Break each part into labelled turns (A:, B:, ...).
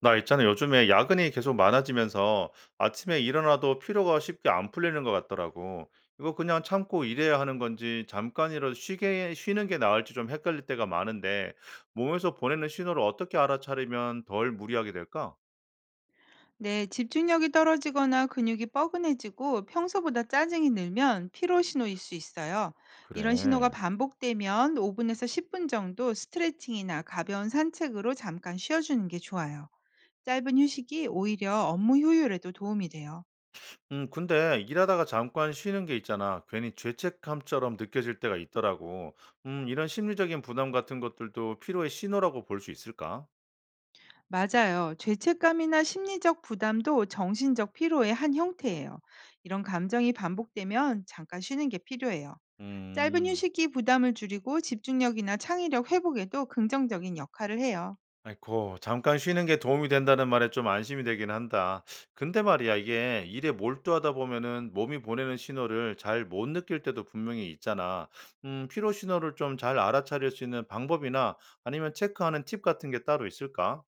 A: 나 있잖아. 요즘에 야근이 계속 많아지면서 아침에 일어나도 피로가 쉽게 안 풀리는 것 같더라고. 이거 그냥 참고 일해야 하는 건지 잠깐이라도 쉬는 게 나을지 좀 헷갈릴 때가 많은데 몸에서 보내는 신호를 어떻게 알아차리면 덜 무리하게 될까?
B: 네, 집중력이 떨어지거나 근육이 뻐근해지고 평소보다 짜증이 늘면 피로 신호일 수 있어요. 이런 신호가
A: 그래.
B: 반복되면 5분에서 10분 정도 스트레칭이나 가벼운 산책으로 잠깐 쉬어주는 게 좋아요. 짧은 휴식이 오히려 업무 효율에도 도움이 돼요.
A: 근데 일하다가 잠깐 쉬는 게 있잖아. 괜히 죄책감처럼 느껴질 때가 있더라고. 이런 심리적인 부담 같은 것들도 피로의 신호라고 볼 수 있을까?
B: 맞아요. 죄책감이나 심리적 부담도 정신적 피로의 한 형태예요. 이런 감정이 반복되면 잠깐 쉬는 게 필요해요. 짧은
A: 음.
B: 휴식이 부담을 줄이고 집중력이나 창의력 회복에도 긍정적인 역할을 해요.
A: 아이고 "잠깐 쉬는 게 도움이 된다."는 말에 좀 안심이 되긴 한다. 근데 말이야 이게 일에 몰두하다 보면은 몸이 보내는 신호를 잘 못 느낄 때도 분명히 있잖아. 피로 신호를 좀 잘 알아차릴 수 있는 방법이나 아니면 체크하는 팁 같은 게 따로 있을까?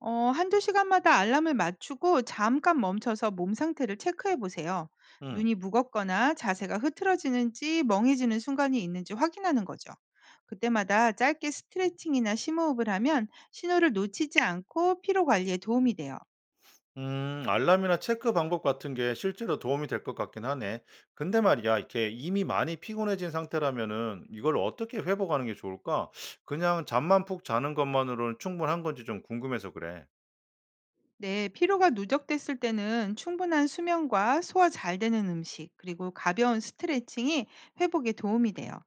B: 한두 시간마다 알람을 맞추고 잠깐 멈춰서 몸 상태를 체크해 보세요.
A: 음.
B: 눈이 무겁거나 자세가 흐트러지는지 멍해지는 순간이 있는지 확인하는 거죠. 그때마다 짧게 스트레칭이나 심호흡을 하면 신호를 놓치지 않고 피로 관리에 도움이 돼요.
A: 알람이나 체크 방법 같은 게 실제로 도움이 될 것 같긴 하네. 근데 말이야 이렇게 이미 많이 피곤해진 상태라면은 이걸 어떻게 회복하는 게 좋을까? 그냥 잠만 푹 자는 것만으로는 충분한 건지 좀 궁금해서 그래.
B: 네, 피로가 누적됐을 때는 충분한 수면과 소화 잘 되는 음식, 그리고 가벼운 스트레칭이 회복에 도움이 돼요.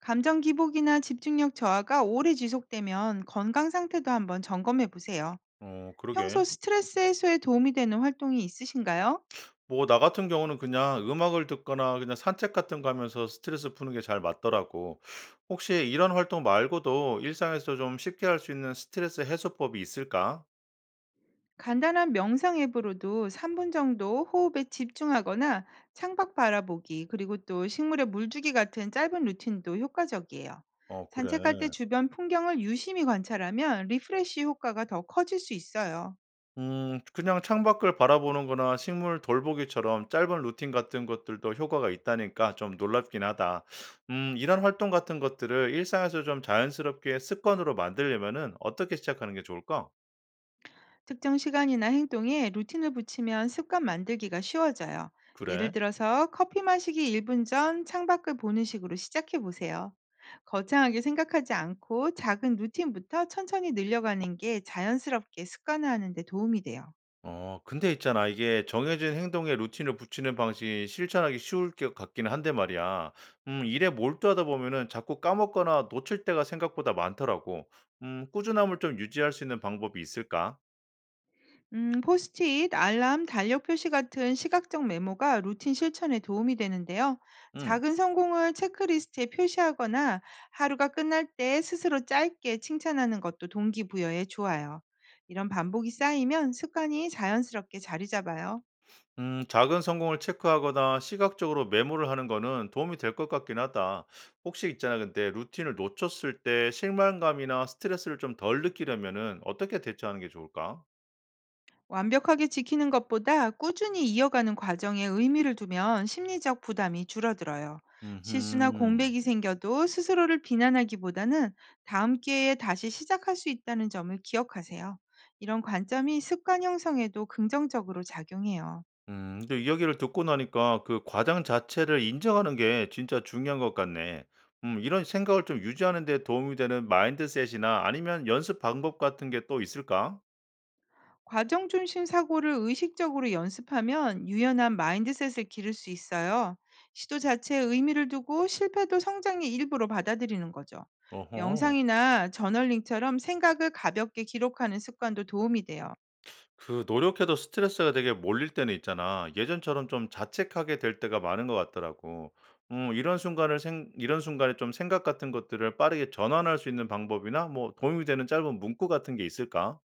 B: 감정 기복이나 집중력 저하가 오래 지속되면 건강 상태도 한번 점검해 보세요.
A: 어
B: 평소
A: 그러게.
B: 스트레스 해소에 도움이 되는 활동이 있으신가요?
A: 뭐 나 같은 경우는 그냥 음악을 듣거나 그냥 산책 같은 거 하면서 스트레스 푸는 게 잘 맞더라고. 혹시 이런 활동 말고도 일상에서 좀 쉽게 할 수 있는 스트레스 해소법이 있을까?
B: 간단한 명상 앱으로도 3분 정도 호흡에 집중하거나 창밖 바라보기, 그리고 또 식물에 물 주기 같은 짧은 루틴도 효과적이에요.
A: 어
B: 산책할 때
A: 그래.
B: 주변 풍경을 유심히 관찰하면 리프레쉬 효과가 더 커질 수 있어요.
A: 그냥 창밖을 바라보는 거나 식물 돌보기처럼 짧은 루틴 같은 것들도 효과가 있다니까 좀 놀랍긴 하다. 이런 활동 같은 것들을 일상에서 좀 자연스럽게 습관으로 만들려면은 어떻게 시작하는 게 좋을까?
B: 특정 시간이나 행동에 루틴을 붙이면 습관 만들기가 쉬워져요. 예를
A: 그래.
B: 들어서 커피 마시기 1분 전 창밖을 보는 식으로 시작해 보세요. 거창하게 생각하지 않고 작은 루틴부터 천천히 늘려가는 게 자연스럽게 습관화하는 데 도움이 돼요.
A: 어 근데 있잖아 이게 정해진 행동에 루틴을 붙이는 방식이 실천하기 쉬울 것 같기는 한데 말이야. 일에 몰두하다 보면은 자꾸 까먹거나 놓칠 때가 생각보다 많더라고. 꾸준함을 좀 유지할 수 있는 방법이 있을까?
B: 포스트잇, 알람, 달력 표시 같은 시각적 메모가 루틴 실천에 도움이 되는데요.
A: 음.
B: 작은 성공을 체크리스트에 표시하거나 하루가 끝날 때 스스로 짧게 칭찬하는 것도 동기부여에 좋아요. 이런 반복이 쌓이면 습관이 자연스럽게 자리 잡아요.
A: 작은 성공을 체크하거나 시각적으로 메모를 하는 거는 도움이 될 것 같긴 하다. 혹시 있잖아 근데 루틴을 놓쳤을 때 실망감이나 스트레스를 좀 덜 느끼려면은 어떻게 대처하는 게 좋을까?
B: 완벽하게 지키는 것보다 꾸준히 이어가는 과정에 의미를 두면 심리적 부담이 줄어들어요. 실수나
A: 음흠.
B: 공백이 생겨도 스스로를 비난하기보다는 다음 기회에 다시 시작할 수 있다는 점을 기억하세요. 이런 관점이 습관 형성에도 긍정적으로 작용해요.
A: 근데 이야기를 듣고 나니까 그 과장 자체를 인정하는 게 진짜 중요한 것 같네. 이런 생각을 좀 유지하는 데 도움이 되는 마인드셋이나 아니면 연습 방법 같은 게 또 있을까?
B: 과정 중심 사고를 의식적으로 연습하면 유연한 마인드셋을 기를 수 있어요. 시도 자체에 의미를 두고 실패도 성장의 일부로 받아들이는 거죠.
A: 어허.
B: 명상이나 저널링처럼 생각을 가볍게 기록하는 습관도 도움이 돼요.
A: 그 노력해도 스트레스가 되게 몰릴 때는 있잖아. 예전처럼 좀 자책하게 될 때가 많은 것 같더라고. 이런 이런 순간에 좀 생각 같은 것들을 빠르게 전환할 수 있는 방법이나 뭐 도움이 되는 짧은 문구 같은 게 있을까?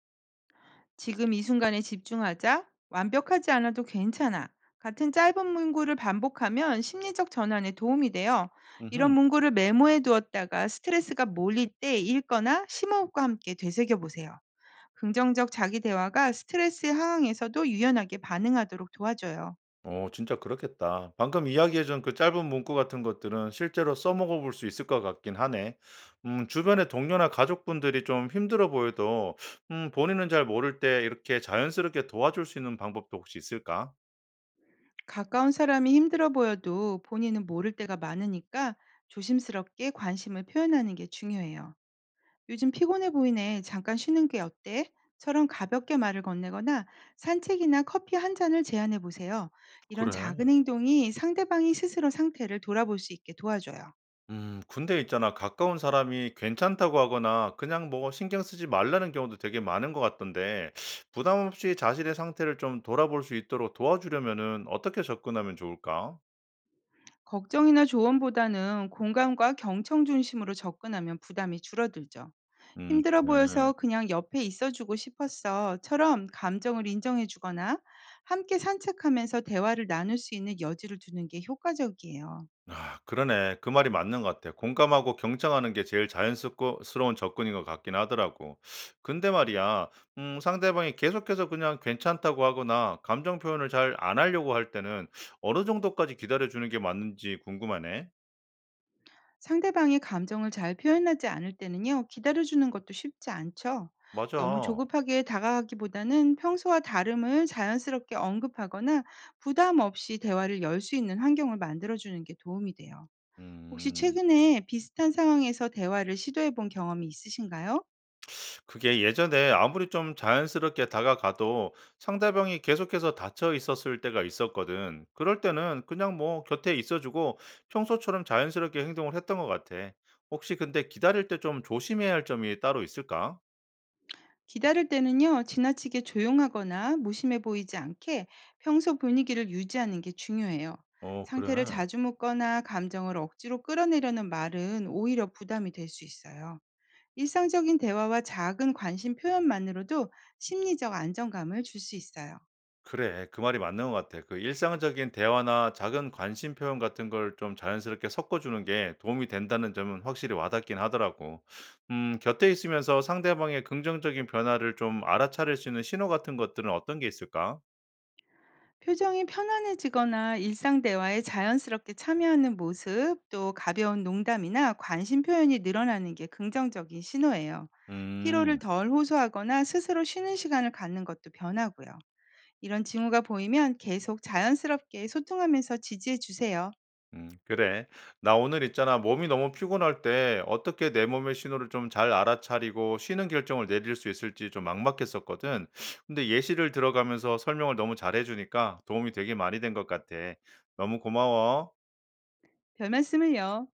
B: 지금 이 순간에 집중하자. 완벽하지 않아도 괜찮아. 같은 짧은 문구를 반복하면 심리적 전환에 도움이 돼요. 이런 문구를 메모해 두었다가 스트레스가 몰릴 때 읽거나 심호흡과 함께 되새겨 보세요. 긍정적 자기 대화가 스트레스 상황에서도 유연하게 반응하도록 도와줘요.
A: 어 진짜 그렇겠다. 방금 이야기해 준 그 짧은 문구 같은 것들은 실제로 써먹어 볼 수 있을 것 같긴 하네. 주변의 동료나 가족분들이 좀 힘들어 보여도 본인은 잘 모를 때 이렇게 자연스럽게 도와줄 수 있는 방법도 혹시 있을까?
B: 가까운 사람이 힘들어 보여도 본인은 모를 때가 많으니까 조심스럽게 관심을 표현하는 게 중요해요. 요즘 피곤해 보이네. 잠깐 쉬는 게 어때? 처럼 가볍게 말을 건네거나 산책이나 커피 한 잔을 제안해 보세요. 이런
A: 그래.
B: 작은 행동이 상대방이 스스로 상태를 돌아볼 수 있게 도와줘요.
A: 근데 있잖아. 가까운 사람이 괜찮다고 하거나 그냥 뭐 신경 쓰지 말라는 경우도 되게 많은 것 같던데 부담 없이 자신의 상태를 좀 돌아볼 수 있도록 도와주려면은 어떻게 접근하면 좋을까?
B: 걱정이나 조언보다는 공감과 경청 중심으로 접근하면 부담이 줄어들죠. 힘들어
A: 그래.
B: 보여서 그냥 옆에 있어 주고 싶었어.처럼 감정을 인정해 주거나 함께 산책하면서 대화를 나눌 수 있는 여지를 두는 게 효과적이에요.
A: 아 그러네. 그 말이 맞는 것 같아. 공감하고 경청하는 게 제일 자연스고 스러운 접근인 것 같긴 하더라고. 근데 말이야, 상대방이 계속해서 그냥 괜찮다고 하거나 감정 표현을 잘 안 하려고 할 때는 어느 정도까지 기다려주는 게 맞는지 궁금하네.
B: 상대방의 감정을 잘 표현하지 않을 때는요, 기다려 주는 것도 쉽지 않죠. 너무
A: 맞아.
B: 조급하게 다가가기보다는 평소와 다름을 자연스럽게 언급하거나 부담 없이 대화를 열 수 있는 환경을 만들어 주는 게 도움이 돼요. 혹시
A: 음.
B: 최근에 비슷한 상황에서 대화를 시도해 본 경험이 있으신가요?
A: 그게 예전에 아무리 좀 자연스럽게 다가가도 상대방이 계속해서 닫혀 있었을 때가 있었거든. 그럴 때는 그냥 뭐 곁에 있어주고 평소처럼 자연스럽게 행동을 했던 것 같아. 혹시 근데 기다릴 때 좀 조심해야 할 점이 따로 있을까?
B: 기다릴 때는요, 지나치게 조용하거나 무심해 보이지 않게 평소 분위기를 유지하는 게 중요해요.
A: 어,
B: 상태를
A: 그래.
B: 자주 묻거나 감정을 억지로 끌어내려는 말은 오히려 부담이 될 수 있어요. 일상적인 대화와 작은 관심 표현만으로도 심리적 안정감을 줄 수 있어요.
A: 그래, 그 말이 맞는 것 같아. 그 일상적인 대화나 작은 관심 표현 같은 걸 좀 자연스럽게 섞어주는 게 도움이 된다는 점은 확실히 와닿긴 하더라고. 곁에 있으면서 상대방의 긍정적인 변화를 좀 알아차릴 수 있는 신호 같은 것들은 어떤 게 있을까?
B: 표정이 편안해지거나 일상 대화에 자연스럽게 참여하는 모습, 또 가벼운 농담이나 관심 표현이 늘어나는 게 긍정적인 신호예요. 피로를
A: 음.
B: 덜 호소하거나 스스로 쉬는 시간을 갖는 것도 변하고요. 이런 징후가 보이면 계속 자연스럽게 소통하면서 지지해 주세요.
A: 그래. 나 오늘 있잖아. 몸이 너무 피곤할 때 어떻게 내 몸의 신호를 좀 잘 알아차리고 쉬는 결정을 내릴 수 있을지 좀 막막했었거든. 근데 예시를 들어가면서 설명을 너무 잘해주니까 도움이 되게 많이 된 것 같아. 너무 고마워.
B: 별 말씀을요.